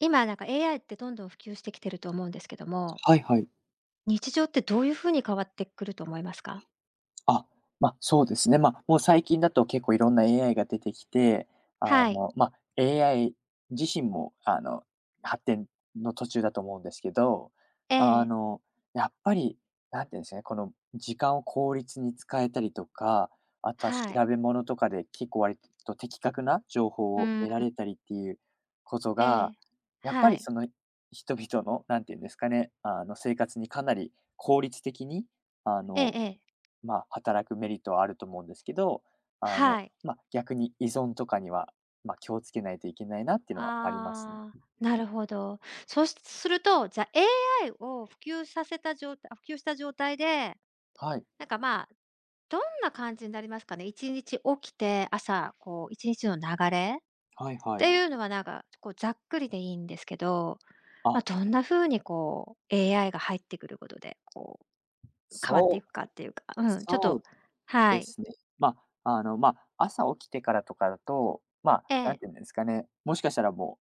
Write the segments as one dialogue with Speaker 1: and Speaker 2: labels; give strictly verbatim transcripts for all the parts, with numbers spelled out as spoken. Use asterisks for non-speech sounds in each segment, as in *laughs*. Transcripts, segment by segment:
Speaker 1: 今なんか エーアイ ってどんどん普及してきてると思うんですけども、
Speaker 2: はいはい。
Speaker 1: 日常ってどういうふうに変わってくると思いますか？
Speaker 2: あ、ま、そうですね。ま、もう最近だと結構いろんな エーアイ が出てきて、あ
Speaker 1: はい。
Speaker 2: の、ま、エーアイ 自身も、あの、発展の途中だと思うんですけど、
Speaker 1: え
Speaker 2: あ
Speaker 1: え、
Speaker 2: の、やっぱり、なんていうんですかね、この時間を効率に使えたりとか、あとは
Speaker 1: は
Speaker 2: 調
Speaker 1: い。
Speaker 2: べ物とかで結構割と的確な情
Speaker 1: う
Speaker 2: 報を
Speaker 1: ー
Speaker 2: 得ら
Speaker 1: ん。
Speaker 2: れたりっていうこと
Speaker 1: え
Speaker 2: が、
Speaker 1: え、
Speaker 2: やっぱ
Speaker 1: は
Speaker 2: り
Speaker 1: い。
Speaker 2: その人々の、なんていうんですかね、あの、生活にかなり効率的に、あ
Speaker 1: ええ
Speaker 2: の
Speaker 1: ええ、
Speaker 2: まあ、働くメリットはあると思うんですけど、あの、
Speaker 1: はい。
Speaker 2: まあ、逆に依存とかには、まあ、気をつけないといけないなっていうのはありますね。
Speaker 1: ああ、なるほど。そうしすると、じゃ、エーアイ を普及させた状態、普及した状態で、
Speaker 2: はい、
Speaker 1: なんか、まあ、どんな感じになりますかね？いちにち起きて、朝、こう、いちにちの流れっ
Speaker 2: はいは
Speaker 1: て
Speaker 2: い。
Speaker 1: いうのは、なんか、こう、ざっくりでいいんですけど、ま
Speaker 2: あ、
Speaker 1: あ、どんな風にこう エーアイ が入ってくることで、こう変わってい
Speaker 2: そ
Speaker 1: く
Speaker 2: う、
Speaker 1: かっていうか、うん、ちょっ
Speaker 2: そ
Speaker 1: と。
Speaker 2: う
Speaker 1: は
Speaker 2: で
Speaker 1: い。
Speaker 2: すね。まあ、あの、まあ、朝起きてからとかだと、ま
Speaker 1: え
Speaker 2: あ、なん
Speaker 1: え、
Speaker 2: ていうんですかね、もしかしたらも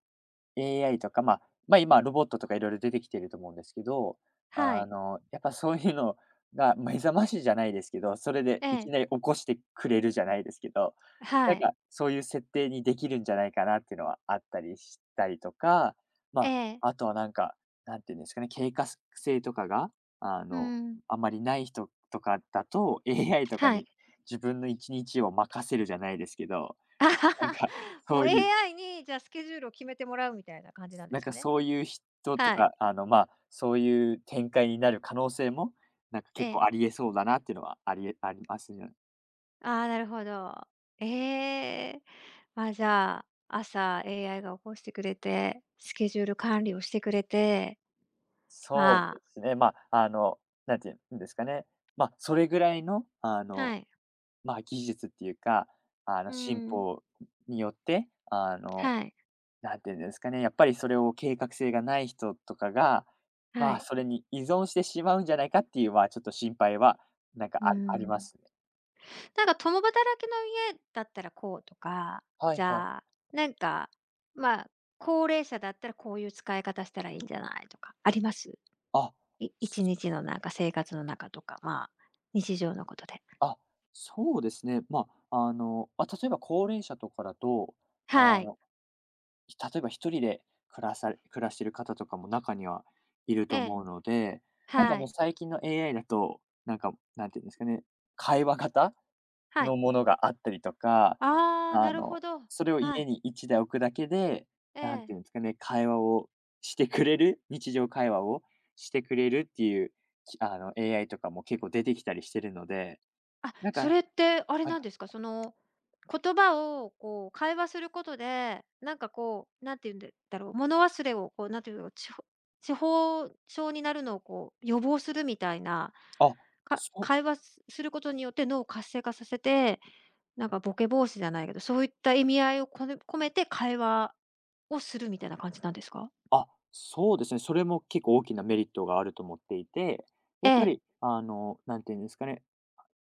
Speaker 2: う エーアイ とか、まあ、ま、今ロボットとかいろいろ出てきてると思うんですけど、
Speaker 1: は
Speaker 2: あ
Speaker 1: い、
Speaker 2: の、やっぱそういうのが目覚ましじゃないですけど、それで
Speaker 1: え
Speaker 2: いき
Speaker 1: え、
Speaker 2: なり起こしてくれるじゃないですけど、
Speaker 1: は
Speaker 2: なん
Speaker 1: い、
Speaker 2: かそういう設定にできるんじゃないかなっていうのはあったりしたりとか、
Speaker 1: え
Speaker 2: ま
Speaker 1: え、
Speaker 2: あ、あとはなんか、何て言うんですかね、計画性とかが、あ
Speaker 1: う
Speaker 2: の、
Speaker 1: ん、
Speaker 2: あまりない人とかだと、エーアイ とか
Speaker 1: は
Speaker 2: に
Speaker 1: い。
Speaker 2: 自分の一日を任せるじゃないですけど、
Speaker 1: *laughs* あは
Speaker 2: なん
Speaker 1: は。
Speaker 2: か
Speaker 1: も
Speaker 2: そ
Speaker 1: う
Speaker 2: ういう
Speaker 1: エーアイ にじゃあスケジュールを決めてもらうみたいな感じなんで
Speaker 2: なん
Speaker 1: すか
Speaker 2: か
Speaker 1: ね？
Speaker 2: そういう人と
Speaker 1: はい、
Speaker 2: か、あの、まあ、そういう展開になる可能性も、なんか
Speaker 1: え
Speaker 2: 結構あ
Speaker 1: え。
Speaker 2: りえそうだなっていうのはありえありますね。
Speaker 1: ああ、なるほど。ええ。ま、じゃあ、朝 エーアイ が起こしてくれて、スケジュール管理をしてくれて、
Speaker 2: そう
Speaker 1: ま
Speaker 2: で
Speaker 1: あ。
Speaker 2: すね、まあ、あの、なんていうんですかね、まあ、それぐらいの、あ
Speaker 1: は
Speaker 2: の、
Speaker 1: い、
Speaker 2: まあ、技術っていうか、あの、
Speaker 1: う
Speaker 2: 進
Speaker 1: ん、
Speaker 2: 歩によって、あの、
Speaker 1: はい、
Speaker 2: なんていうんですかね、やっぱりそれを計画性がない人とかが、
Speaker 1: は
Speaker 2: まあ、
Speaker 1: い。
Speaker 2: それに依存してしまうんじゃないかっていう、まあ、ちょっと心配は、なんか
Speaker 1: う
Speaker 2: ああり
Speaker 1: ーん。
Speaker 2: ますね。
Speaker 1: なんか共働きの家だったらこうとか、
Speaker 2: はい
Speaker 1: じ
Speaker 2: はい。
Speaker 1: ゃあ、なんか、まあ、高齢者だったらこういう使い方したらいいんじゃないとか、あります？
Speaker 2: あ、
Speaker 1: い一日のなんか生活の中とか、まあ、日常のことで。
Speaker 2: あ、そうですね。まあ、あの、まあ、例えば高齢者とかだと、あ
Speaker 1: はい。
Speaker 2: の、例えば一人で暮らされ暮らしてる方とかも中にはいる
Speaker 1: え
Speaker 2: と
Speaker 1: え、
Speaker 2: 思うので、なんか
Speaker 1: は
Speaker 2: もう
Speaker 1: い。
Speaker 2: 最近の エーアイ だと、なんか、なんていうんですかね、会話型
Speaker 1: はい。
Speaker 2: のものがあったりとか、
Speaker 1: ああ、
Speaker 2: あ
Speaker 1: なる
Speaker 2: の、
Speaker 1: ほど。
Speaker 2: それを
Speaker 1: は
Speaker 2: 家
Speaker 1: い。
Speaker 2: にいちだい置くだけで、
Speaker 1: え
Speaker 2: なんていうんで
Speaker 1: え。
Speaker 2: すかね、会話をしてくれる、日常会話をしてくれるっていう、きあの、エーアイ とかも結構出てきたりしてるので、
Speaker 1: あ、
Speaker 2: なん
Speaker 1: それ
Speaker 2: か
Speaker 1: ってあれ
Speaker 2: はい
Speaker 1: なんですか、その、言葉をこう会話することで、なんかこう、なんて言うんだろう、物忘れをこうなんて言うの、ちほ痴呆症になるのをこう予防するみたいな、
Speaker 2: あ、
Speaker 1: か
Speaker 2: そ
Speaker 1: 会話すすることによって脳を活性化させて、なんかボケ防止じゃないけど、そういった意味合いをこね込めて会話をするみたいな感じなんですか？
Speaker 2: あ、そうですね。それも結構大きなメリットがあると思っていて、
Speaker 1: え
Speaker 2: やっぱ
Speaker 1: え、
Speaker 2: り、あの、なんていうんですかね、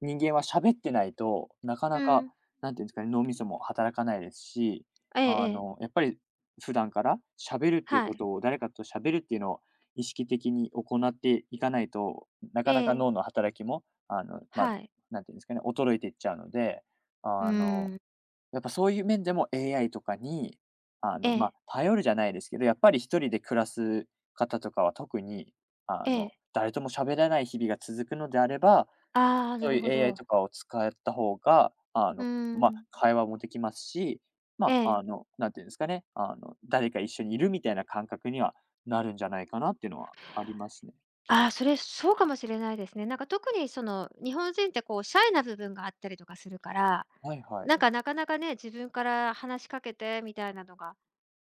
Speaker 2: 人間は喋ってないと、なか
Speaker 1: う
Speaker 2: なか、
Speaker 1: ん、
Speaker 2: なんていうんですかね、脳みそも働かないですし、
Speaker 1: えええ
Speaker 2: あ
Speaker 1: え、
Speaker 2: の、やっぱり普段から喋るっていう
Speaker 1: は
Speaker 2: こ
Speaker 1: い、
Speaker 2: とを、誰かと喋るっていうのを意識的に行っていかないと、な
Speaker 1: え
Speaker 2: かなか
Speaker 1: え、
Speaker 2: 脳の働きも、あの、まあ、
Speaker 1: はい、
Speaker 2: なんていうんですかね、衰えていっちゃうので、
Speaker 1: うー
Speaker 2: あの
Speaker 1: ん、
Speaker 2: やっぱそういう面でも エーアイ とかに、あ
Speaker 1: え
Speaker 2: の、まあ、
Speaker 1: え、
Speaker 2: 頼るじゃないですけど、やっぱり一人で暮らす方とかは特に、あ
Speaker 1: え
Speaker 2: の、
Speaker 1: え、
Speaker 2: 誰とも喋らない日々が続くのであれば、
Speaker 1: ああ、な
Speaker 2: そうい
Speaker 1: るほ
Speaker 2: う エーアイ
Speaker 1: ど。
Speaker 2: とかを使った方が、あ
Speaker 1: うー
Speaker 2: の、まあ、
Speaker 1: ん、
Speaker 2: 会話もできますし、
Speaker 1: え
Speaker 2: まあ、
Speaker 1: え。
Speaker 2: あの、なんていうんですかね、あの、誰か一緒にいるみたいな感覚にはなるんじゃないかなっていうのはありますね。
Speaker 1: ああ、それ、そうかもしれないですね。なんか特にその、日本人ってこうシャイな部分があったりとかするから、
Speaker 2: はいはい。
Speaker 1: なんかなかなかね、自分から話しかけてみたいなのが、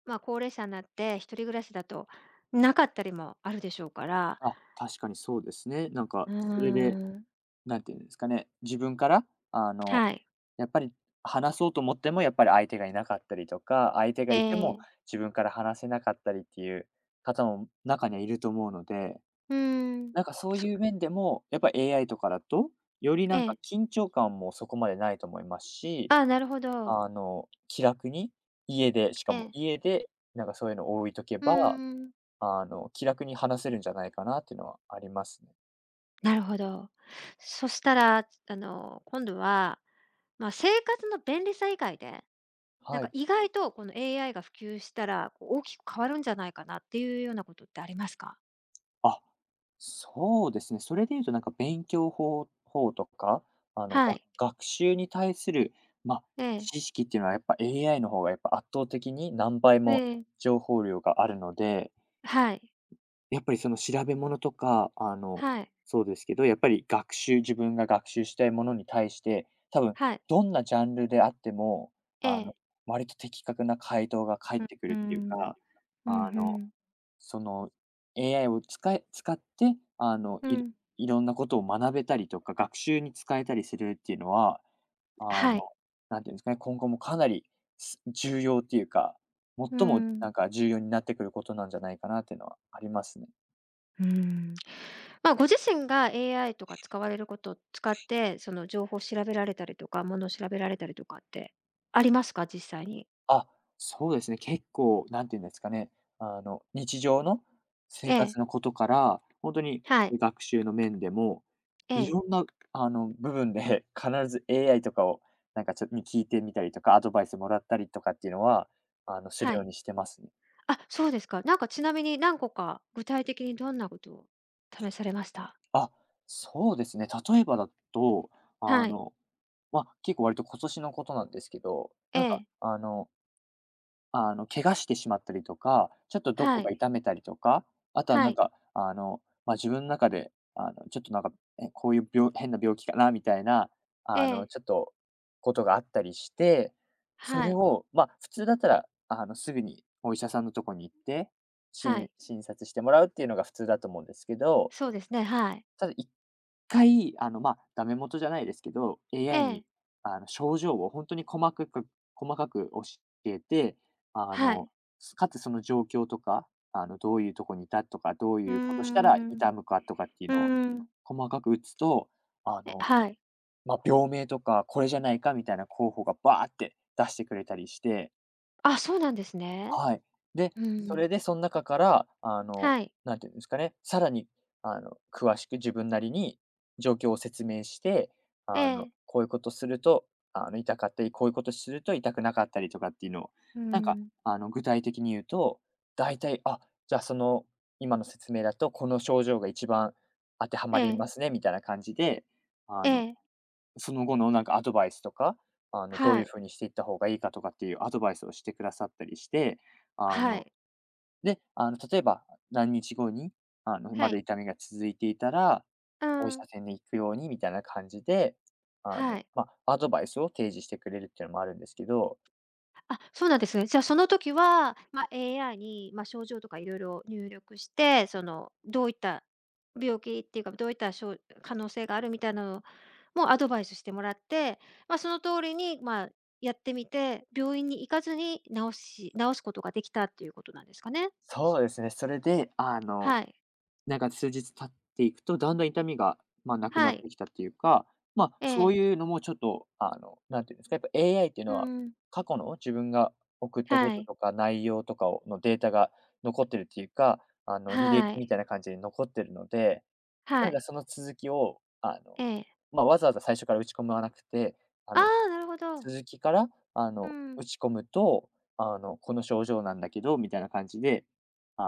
Speaker 1: まあ、高齢者になって一人暮らしだとなかったりもあるでしょうから、
Speaker 2: あ、確かにそうですね。なん
Speaker 1: う
Speaker 2: か
Speaker 1: ー
Speaker 2: それで、
Speaker 1: ん、
Speaker 2: なんていうんですかね、自分から、あの
Speaker 1: はい、
Speaker 2: やっぱり話そうと思っても、やっぱり相手がいなかったりとか、相手
Speaker 1: え
Speaker 2: がいても
Speaker 1: え、
Speaker 2: 自分から話せなかったりっていう方も中にはいると思うので、
Speaker 1: うーん、
Speaker 2: なんかそう
Speaker 1: そ
Speaker 2: いう面でも、やっぱ エーアイ とかだと、より
Speaker 1: え
Speaker 2: なんか
Speaker 1: え、
Speaker 2: 緊張感もそこまでないと思いますし、
Speaker 1: ああ、なるほど。
Speaker 2: あの、気楽に家で、しか
Speaker 1: え
Speaker 2: も
Speaker 1: え、
Speaker 2: 家でなんかそういうのを置いとけ
Speaker 1: うー
Speaker 2: ば、
Speaker 1: ん、
Speaker 2: あの、気楽に話せるんじゃないかなっていうのはありますね。
Speaker 1: なるほど。そしたら、あの、今度は、まあ、生活の便利さ以外でなん
Speaker 2: は
Speaker 1: か
Speaker 2: い。
Speaker 1: 意外とこの エーアイ が普及したら、こう大きく変わるんじゃないかなっていうようなことってありますか？
Speaker 2: あ、そうですね。それで言うとなんか勉強法法とか、あの、
Speaker 1: は
Speaker 2: 学
Speaker 1: い。
Speaker 2: 学習に対する、まあ、
Speaker 1: ええ、
Speaker 2: 知識っていうのはやっぱ エーアイ の方がやっぱ圧倒的に何倍
Speaker 1: え
Speaker 2: も
Speaker 1: え、
Speaker 2: 情報量があるので、
Speaker 1: はい、
Speaker 2: やっぱりその調べ物とか、あの、
Speaker 1: はい、
Speaker 2: そうですけど、やっぱり学習自分が学習したいものに対して、多分
Speaker 1: はい、
Speaker 2: どんなジャンルであっても、
Speaker 1: え
Speaker 2: あ
Speaker 1: え。
Speaker 2: の、割と的確な回答が返
Speaker 1: う
Speaker 2: ってくるっていう
Speaker 1: ん。
Speaker 2: か、
Speaker 1: うんう
Speaker 2: あの
Speaker 1: ん。
Speaker 2: その エーアイ を使い使って、あの、
Speaker 1: う
Speaker 2: い
Speaker 1: ん、
Speaker 2: いろんなことを学べたりとか、学習に使えたりするっていうのは、あ
Speaker 1: は
Speaker 2: の、
Speaker 1: い、
Speaker 2: なんていうんですかね、今後もかなり、す重要っていうか、
Speaker 1: う
Speaker 2: 最もな
Speaker 1: ん。
Speaker 2: んか重要になってくることなんじゃないかなっていうのはありますね。
Speaker 1: うん。まあ、ご自身が エーアイ とか使われることを使って、その情報を調べられたりとか、ものを調べられたりとかってありますか？実際に。
Speaker 2: あ、そうですね、結構、なんていうんですかね、あの、日常の
Speaker 1: え
Speaker 2: 生
Speaker 1: え、
Speaker 2: 活のことから、本当に
Speaker 1: はい、
Speaker 2: 学習の面でも、
Speaker 1: え
Speaker 2: い
Speaker 1: え、
Speaker 2: ろんな、あの、部分で *laughs* 必ず エーアイ とかを、なんか、ちょっとに聞いてみたりとか、アドバイスもらったりとかっていうのは、あの、する
Speaker 1: は
Speaker 2: よう
Speaker 1: い。
Speaker 2: にしてますね。
Speaker 1: あ、そうですか。なんかちなみに何個か、具体的にどんなことを試されました。
Speaker 2: あ、そうですね。例えばだと、あ
Speaker 1: はい。
Speaker 2: の、まあ、結構割と今年のことなんですけど、
Speaker 1: え
Speaker 2: なんか、
Speaker 1: え。
Speaker 2: あのあの、怪我してしまったりとか、ちょっとど
Speaker 1: は
Speaker 2: こ
Speaker 1: い。
Speaker 2: か痛めたりとか、あとは
Speaker 1: は
Speaker 2: なん
Speaker 1: い。
Speaker 2: か、あの、まあ、自分の中で、あの、ちょっとなんか、え、こういう病変な病気かなみたいな、
Speaker 1: え
Speaker 2: あの、
Speaker 1: え。
Speaker 2: ちょっとことがあったりして、そ
Speaker 1: は
Speaker 2: れ
Speaker 1: い。
Speaker 2: を、ま、あ普通だったら、あの、すぐにお医者さんのとこに行って、し
Speaker 1: は
Speaker 2: ん
Speaker 1: い。
Speaker 2: 診察してもらうっていうのが普通だと思うんですけど、
Speaker 1: そうですね。はい。
Speaker 2: ただいっかい、あの、まあ、ダメ元じゃないですけど、
Speaker 1: え
Speaker 2: エーアイ
Speaker 1: え。
Speaker 2: に、あの、症状を本当に細かく細かく教えて、あ
Speaker 1: は
Speaker 2: の、
Speaker 1: い。
Speaker 2: すかつその状況とか、あの、どういうとこにいたとか、どう
Speaker 1: うー
Speaker 2: いうことしたら
Speaker 1: ん。う
Speaker 2: 痛むかとかっていうのを
Speaker 1: ーん。
Speaker 2: 細かく打つと、あ
Speaker 1: え、
Speaker 2: の、
Speaker 1: はい。
Speaker 2: まあ、病名とか、これじゃないかみたいな候補がバーって出してくれたりして、
Speaker 1: あ、そうなんですね。
Speaker 2: はい。で、
Speaker 1: う
Speaker 2: そ
Speaker 1: ん。
Speaker 2: れでその中から、あの、
Speaker 1: はい。
Speaker 2: なんていうんですかね、さらに、あの、詳しく自分なりに状況を説明して、
Speaker 1: え
Speaker 2: あの、
Speaker 1: え。
Speaker 2: こういうことすると、あの、痛かったり、こういうことすると痛くなかったりとかっていうのを、
Speaker 1: うー
Speaker 2: なんか、
Speaker 1: ん。
Speaker 2: あの、具体的に言うと、大体、あ、じゃあその、今の説明だと、この症状が一番当ては
Speaker 1: え
Speaker 2: まり
Speaker 1: え。
Speaker 2: ますね、みたいな感じで、あ
Speaker 1: え
Speaker 2: の
Speaker 1: え。
Speaker 2: その後のなんかアドバイスとか、あの、どう
Speaker 1: は
Speaker 2: いう
Speaker 1: い。
Speaker 2: 風にしていった方がいいかとかっていうアドバイスをしてくださったりして、あ
Speaker 1: は
Speaker 2: の、
Speaker 1: い。
Speaker 2: で、あの、例えば何日後に、あの、ま
Speaker 1: は
Speaker 2: だ
Speaker 1: い。
Speaker 2: 痛みが続いていたら、
Speaker 1: う
Speaker 2: お医者
Speaker 1: ん。
Speaker 2: さんに行くようにみたいな感じで、あの、
Speaker 1: はい。
Speaker 2: まあ、アドバイスを提示してくれるっていうのもあるんですけど、
Speaker 1: あ、そうなんですね。じゃあ、その時は、まあ、エーアイ に、まあ、症状とかいろいろ入力して、その、どういった病気っていうか、どういったしょう可能性があるみたいなのもアドバイスしてもらって、まあ、その通りに、まあ、やってみて、病院に行かずに治し治すことができたっていうことなんですかね？
Speaker 2: そうですね、それで、あの
Speaker 1: はい。
Speaker 2: なんか数日経っていくと、だんだん痛みが、まあ、なく
Speaker 1: は
Speaker 2: なって
Speaker 1: い。
Speaker 2: きたっていうか、まあ、
Speaker 1: え
Speaker 2: そう
Speaker 1: え。
Speaker 2: いうのもちょっと、あの、なんていうんですか、やっぱ エーアイ っていう
Speaker 1: う
Speaker 2: のは、
Speaker 1: ん。
Speaker 2: 過去の自分が送ったこ
Speaker 1: は
Speaker 2: と
Speaker 1: い。
Speaker 2: とか内容とかをのデータが残ってるっていうか、あの、履歴
Speaker 1: は
Speaker 2: み
Speaker 1: い。
Speaker 2: たいな感じで残ってるので、
Speaker 1: は
Speaker 2: なんか
Speaker 1: い。
Speaker 2: その続きを、あの、
Speaker 1: ええ。
Speaker 2: まあ、わざわざ最初から打ち込まなくて、あ
Speaker 1: あ
Speaker 2: の、
Speaker 1: あ、なるほど。
Speaker 2: 続きから、あ
Speaker 1: う
Speaker 2: の、
Speaker 1: ん。
Speaker 2: 打ち込むと、あの、この症状なんだけどみたいな感じで、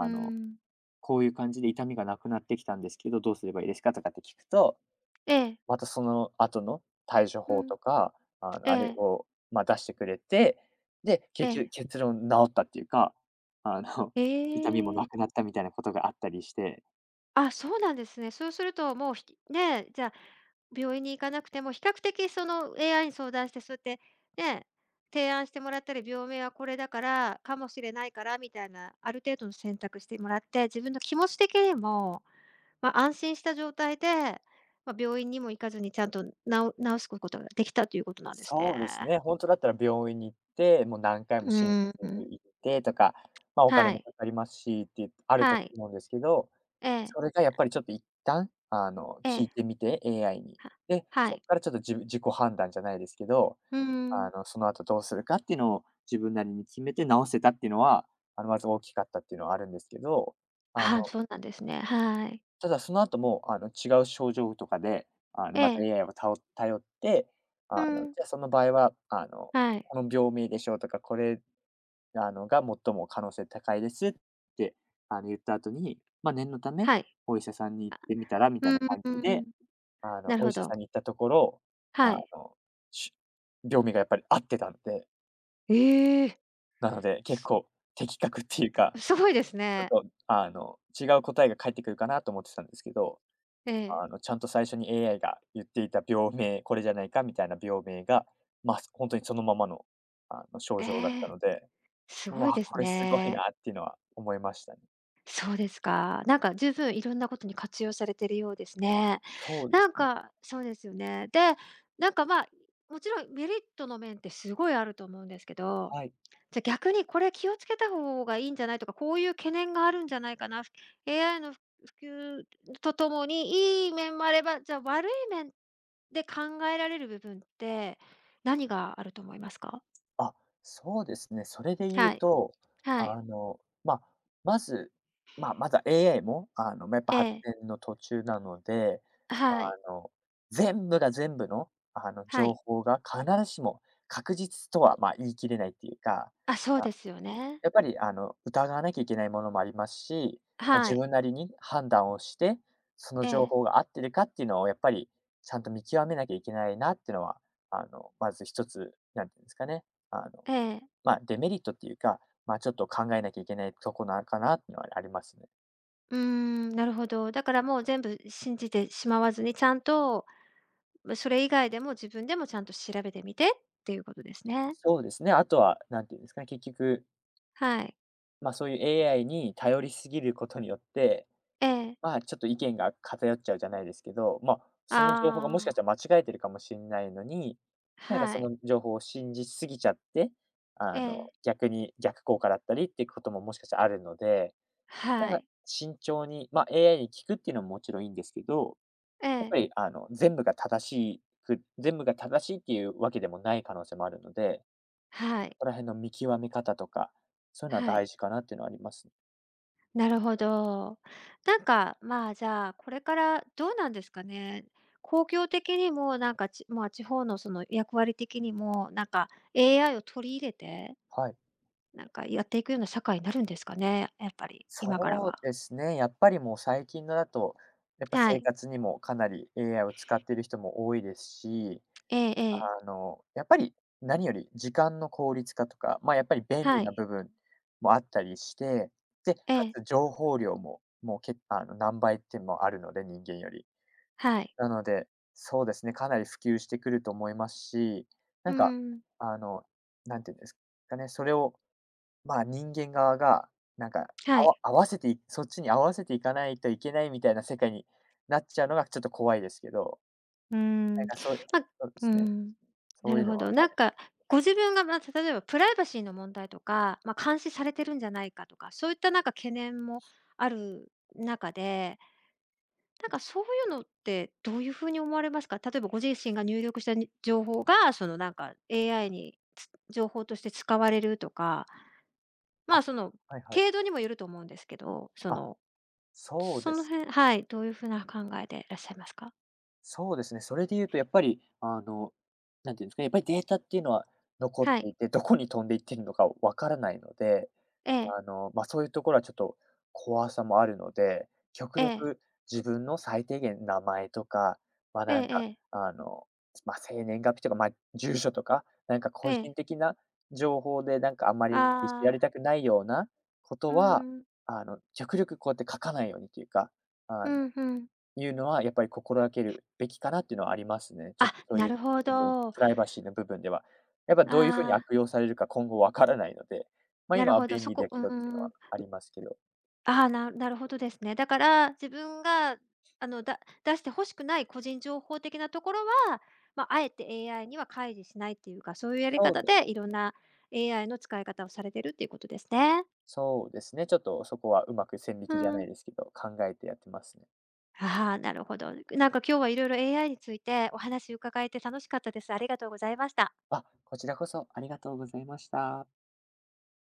Speaker 1: う
Speaker 2: の
Speaker 1: ん。
Speaker 2: こういう感じで痛みがなくなってきたんですけど、どうすればいいですかとかって聞くと、
Speaker 1: ええ。
Speaker 2: またその後の対処
Speaker 1: う
Speaker 2: 法
Speaker 1: ん。
Speaker 2: とか、あ
Speaker 1: え
Speaker 2: の、あれ
Speaker 1: え。
Speaker 2: を、まあ、出してくれて、で、
Speaker 1: え
Speaker 2: 結局
Speaker 1: え。
Speaker 2: 結論治ったっていうか、あの、*laughs* 痛みも
Speaker 1: え
Speaker 2: なく
Speaker 1: え。
Speaker 2: なったみたいなことがあったりして、
Speaker 1: あ、そうなんですね。そうするともう、ひきね、じゃあ、病院に行かなくても比較的その エーアイ に相談して、そうやってね、提案してもらったり、病名はこれだから、かもしれないからみたいな、ある程度の選択してもらって、自分の気持ち的にも、ま、安心した状態で、ま、病院にも行かずにちゃんとなお治すこことができたということなんです
Speaker 2: そうです
Speaker 1: ね。
Speaker 2: ね、本当だったら病院に行って、もう何回
Speaker 1: う
Speaker 2: も診察
Speaker 1: ーん。
Speaker 2: 行ってとか、ま、お
Speaker 1: は
Speaker 2: 金も
Speaker 1: い、
Speaker 2: かかりますしってある
Speaker 1: は
Speaker 2: と
Speaker 1: い。
Speaker 2: 思うんですけど、
Speaker 1: ええ、
Speaker 2: それがやっぱりちょっと一旦、あの、
Speaker 1: え
Speaker 2: 聞い
Speaker 1: え、
Speaker 2: てみて、エーアイ に。
Speaker 1: は
Speaker 2: で、
Speaker 1: は
Speaker 2: そこ
Speaker 1: い。
Speaker 2: からちょっと自分自己判断じゃないですけど、
Speaker 1: うー
Speaker 2: あ
Speaker 1: ん。
Speaker 2: の、その後どうするかっていうのを自分なりに決めて直せたっていうのは、あの、まず大きかったっていうのはあるんですけど、あ
Speaker 1: ああ、
Speaker 2: の
Speaker 1: そうなんですね。はい。
Speaker 2: ただその後も、あの、違う症状とかで、あの、
Speaker 1: え
Speaker 2: また
Speaker 1: え。
Speaker 2: エーアイ をたお頼って、あ
Speaker 1: う
Speaker 2: の、
Speaker 1: ん、
Speaker 2: じゃ、その場合は、あの、
Speaker 1: はい。
Speaker 2: この病名でしょうとか、これ、あの、が最も可能性高いですって、あの、言った後に、まあ、念のため、
Speaker 1: はい。
Speaker 2: お医者さんに行
Speaker 1: あ、
Speaker 2: ってみたらみたい
Speaker 1: うん
Speaker 2: な感
Speaker 1: う
Speaker 2: じ
Speaker 1: んう
Speaker 2: で、
Speaker 1: ん。
Speaker 2: あの、
Speaker 1: なる
Speaker 2: お
Speaker 1: ほ
Speaker 2: 医者
Speaker 1: ど。
Speaker 2: さんに行ったところ、
Speaker 1: は
Speaker 2: あ
Speaker 1: い。
Speaker 2: の、し病名がやっぱり合ってたんで、
Speaker 1: ええ、
Speaker 2: なので、結
Speaker 1: す
Speaker 2: 構的確っていうか、
Speaker 1: すごいです
Speaker 2: ちょっ
Speaker 1: ね。
Speaker 2: と、あの、違う答えが返ってくるかなと思ってたんですけど、
Speaker 1: ええ。
Speaker 2: あの、ちゃんと最初に エーアイ が言っていた病名、これじゃないかみたいな病名が、まあ、ほんとにそのままの、あの、症
Speaker 1: え
Speaker 2: 状だった
Speaker 1: え、
Speaker 2: ので、
Speaker 1: す
Speaker 2: う
Speaker 1: ごい
Speaker 2: わ、
Speaker 1: です
Speaker 2: これすごい
Speaker 1: ね。
Speaker 2: なっていうのは思いましたね。
Speaker 1: そうですか。なんか十分いろんなことに活用されてるようですね。
Speaker 2: そうで
Speaker 1: な
Speaker 2: す
Speaker 1: ん
Speaker 2: ね。
Speaker 1: か、そうですよね。で、なんか、ま、あもちろんメリットの面ってすごいあると思うんですけど。
Speaker 2: はい。
Speaker 1: じゃ、逆にこれ気をつけた方がいいんじゃないとか、こういう懸念があるんじゃないかな、ふ エーアイ のふ普及とともに、いい面もあれば、じゃあ悪い面で考えられる部分って、何があると思いますか？
Speaker 2: あ、そうですね。それで言
Speaker 1: は
Speaker 2: う
Speaker 1: い、
Speaker 2: と、
Speaker 1: はい、
Speaker 2: あの、まあ、まず、まあ、まだ エーアイ も、あの、ま、やっぱ
Speaker 1: え
Speaker 2: 発
Speaker 1: え、
Speaker 2: 展の途中なので、あ
Speaker 1: はい、
Speaker 2: の、全部が全部の、あの、
Speaker 1: は
Speaker 2: 情
Speaker 1: い。
Speaker 2: 報が必ずしも確実とは、まあ、言い切れないっていうか、
Speaker 1: あ、そう
Speaker 2: あ
Speaker 1: ですよね。
Speaker 2: やっぱりあの、疑わなきゃいけないものもありますし、まあ、
Speaker 1: は
Speaker 2: 自
Speaker 1: い、
Speaker 2: 分なりに判断をして、その
Speaker 1: え
Speaker 2: 情
Speaker 1: え、
Speaker 2: 報が合ってるかっていうのをやっぱりちゃんと見極めなきゃいけないなっていうのは、あの、まず一つ、なんていうんですかね、あの、
Speaker 1: ええ、
Speaker 2: まあ、デメリットっていうか、まあ、ちょっと考えなきゃいけないとこなのかなっていうのはありますね。
Speaker 1: うーん、なるほど。だからもう全部信じてしまわずに、ちゃんと、ま、それ以外でも自分でもちゃんと調べてみてっていうことですね。
Speaker 2: そうですね、あとはなんていうんですかね、結局、
Speaker 1: はい、
Speaker 2: まあ、そういう エーアイ に頼りすぎることによって、
Speaker 1: ええ。
Speaker 2: まあ、ちょっと意見が偏っちゃうじゃないですけど、まあ、その情報がもしか
Speaker 1: あ
Speaker 2: し
Speaker 1: あ、
Speaker 2: たら間違えてるかもしんないのに、なんか
Speaker 1: は
Speaker 2: そ
Speaker 1: い。
Speaker 2: の情報を信じすぎちゃって、
Speaker 1: え
Speaker 2: あの、
Speaker 1: え、
Speaker 2: 逆に逆効果だったりっていうことももしかしたらあるので、なん
Speaker 1: は
Speaker 2: か
Speaker 1: い。
Speaker 2: 慎重に、まあ、エーアイ に聞くっていうのももちろんいいんですけど、
Speaker 1: え
Speaker 2: やっ
Speaker 1: え、
Speaker 2: ぱりあの、全部が正しいく全部が正しいっていうわけでもない可能性もあるので、
Speaker 1: は
Speaker 2: そ
Speaker 1: い、
Speaker 2: こら辺の見極め方とか、そういうのは
Speaker 1: はい。
Speaker 2: 大事かなっていうのはありますね。
Speaker 1: なるほど。なんか、まあ、じゃあ、これからどうなんですかね。公共的にも、なんか、ちまあ、地方のその役割的にも、なんか エーアイ を取り入れて、
Speaker 2: はい。
Speaker 1: なんかやっていくような社会になるんですかね、やっぱり、今から
Speaker 2: そう
Speaker 1: は。
Speaker 2: ですね、やっぱりもう最近のだと、やっぱ
Speaker 1: は
Speaker 2: 生
Speaker 1: い。
Speaker 2: 活にもかなり エーアイ を使っている人も多いですし、
Speaker 1: えええ
Speaker 2: あ
Speaker 1: え。
Speaker 2: の、やっぱり何より時間の効率化とか、ま、やっぱり便
Speaker 1: は
Speaker 2: 利な
Speaker 1: い。
Speaker 2: 部分もあったりして、で、
Speaker 1: え
Speaker 2: か
Speaker 1: え、
Speaker 2: つ情報量も、もうけあの、何倍ってもあるので、人間より。
Speaker 1: はい。
Speaker 2: なので、そうですね、かなり普及してくると思いますし、
Speaker 1: う
Speaker 2: な
Speaker 1: ー
Speaker 2: んか、
Speaker 1: ん、
Speaker 2: あの、なんていうんですかね、それをまあ、人間側が、なんか、
Speaker 1: は
Speaker 2: あわ
Speaker 1: い。
Speaker 2: 合わせていそっちに合わせていかないといけないみたいな世界になっちゃうのがちょっと怖いですけど、
Speaker 1: うー
Speaker 2: なん
Speaker 1: ん、
Speaker 2: かそう
Speaker 1: ま、う
Speaker 2: そうで
Speaker 1: ー
Speaker 2: すね、
Speaker 1: ん、
Speaker 2: そ
Speaker 1: な
Speaker 2: うい
Speaker 1: る
Speaker 2: うの
Speaker 1: ほ
Speaker 2: は
Speaker 1: ど。
Speaker 2: あ
Speaker 1: なん
Speaker 2: る、
Speaker 1: か、ご自分が、ま、例えばプライバシーの問題とか、ま、監視されてるんじゃないかとか、そういったなんか懸念もある中で、なんかそういうのってどういう風に思われますか？例えばご自身が入力したに情報が、そのなんか エーアイ につ情報として使われるとか、ま、
Speaker 2: あ、
Speaker 1: その
Speaker 2: はいはい。
Speaker 1: 程度にもよると思うんですけど、そ
Speaker 2: あ、
Speaker 1: の、
Speaker 2: そう
Speaker 1: そ
Speaker 2: で
Speaker 1: の
Speaker 2: す、
Speaker 1: 辺はい、どういう風な考えでいらっしゃいますか？
Speaker 2: そうですね、それで言うとやっぱり、あの、なんていうんですかね、やっぱりデータっていうのは残っ
Speaker 1: はい。
Speaker 2: ていて、どこに飛んでいってるのかわからないので、
Speaker 1: ええ、
Speaker 2: あの、まあ、そういうところはちょっと怖さもあるので、極
Speaker 1: ええ、
Speaker 2: 力自分の最低限名前とか、まあ、
Speaker 1: え
Speaker 2: な
Speaker 1: え
Speaker 2: んか、
Speaker 1: ええ、
Speaker 2: あの、まあ、生年月日とか、まあ、住所とか、なんか
Speaker 1: え
Speaker 2: 個
Speaker 1: え。
Speaker 2: 人的な情報でなんかあんまり知ら
Speaker 1: あ
Speaker 2: れ
Speaker 1: あ、
Speaker 2: たくないようなこ
Speaker 1: うー
Speaker 2: とは、
Speaker 1: ん、
Speaker 2: あの、極力こうやって書かないようにというか、
Speaker 1: う
Speaker 2: あ
Speaker 1: んうん。
Speaker 2: いうのは、やっぱり心がけるべきかなっていうのはありますね。ちょっ
Speaker 1: あ、
Speaker 2: とそう
Speaker 1: な
Speaker 2: いう
Speaker 1: るほ
Speaker 2: 部分、
Speaker 1: ど。
Speaker 2: プライバシーの部分では。やっぱどういうふう
Speaker 1: あ
Speaker 2: に
Speaker 1: あ、
Speaker 2: 悪用されるか今後わからないので、ま、
Speaker 1: なる
Speaker 2: 今は
Speaker 1: ほど、
Speaker 2: 便
Speaker 1: そ
Speaker 2: 利
Speaker 1: こ
Speaker 2: だけ
Speaker 1: う
Speaker 2: どっていうの
Speaker 1: ーん。
Speaker 2: はありますけど。
Speaker 1: ああ、ななるほどですね。だから、自分があの、だ出して欲しくない個人情報的なところは、ま、あえて エーアイ には開示しないっていうか、そういうやり
Speaker 2: そう
Speaker 1: 方
Speaker 2: で
Speaker 1: で
Speaker 2: す
Speaker 1: いろんな エーアイ の使い方をされてるっていうことですね。
Speaker 2: そうですね、ちょっとそこはうまく線引
Speaker 1: う
Speaker 2: きじゃな
Speaker 1: ん。
Speaker 2: いですけど、考えてやってますね。
Speaker 1: ああ、なるほど。なんか今日はいろいろ エーアイ についてお話伺えて楽しかったです。ありがとうございました。
Speaker 2: あ、こちらこそありがとうございました。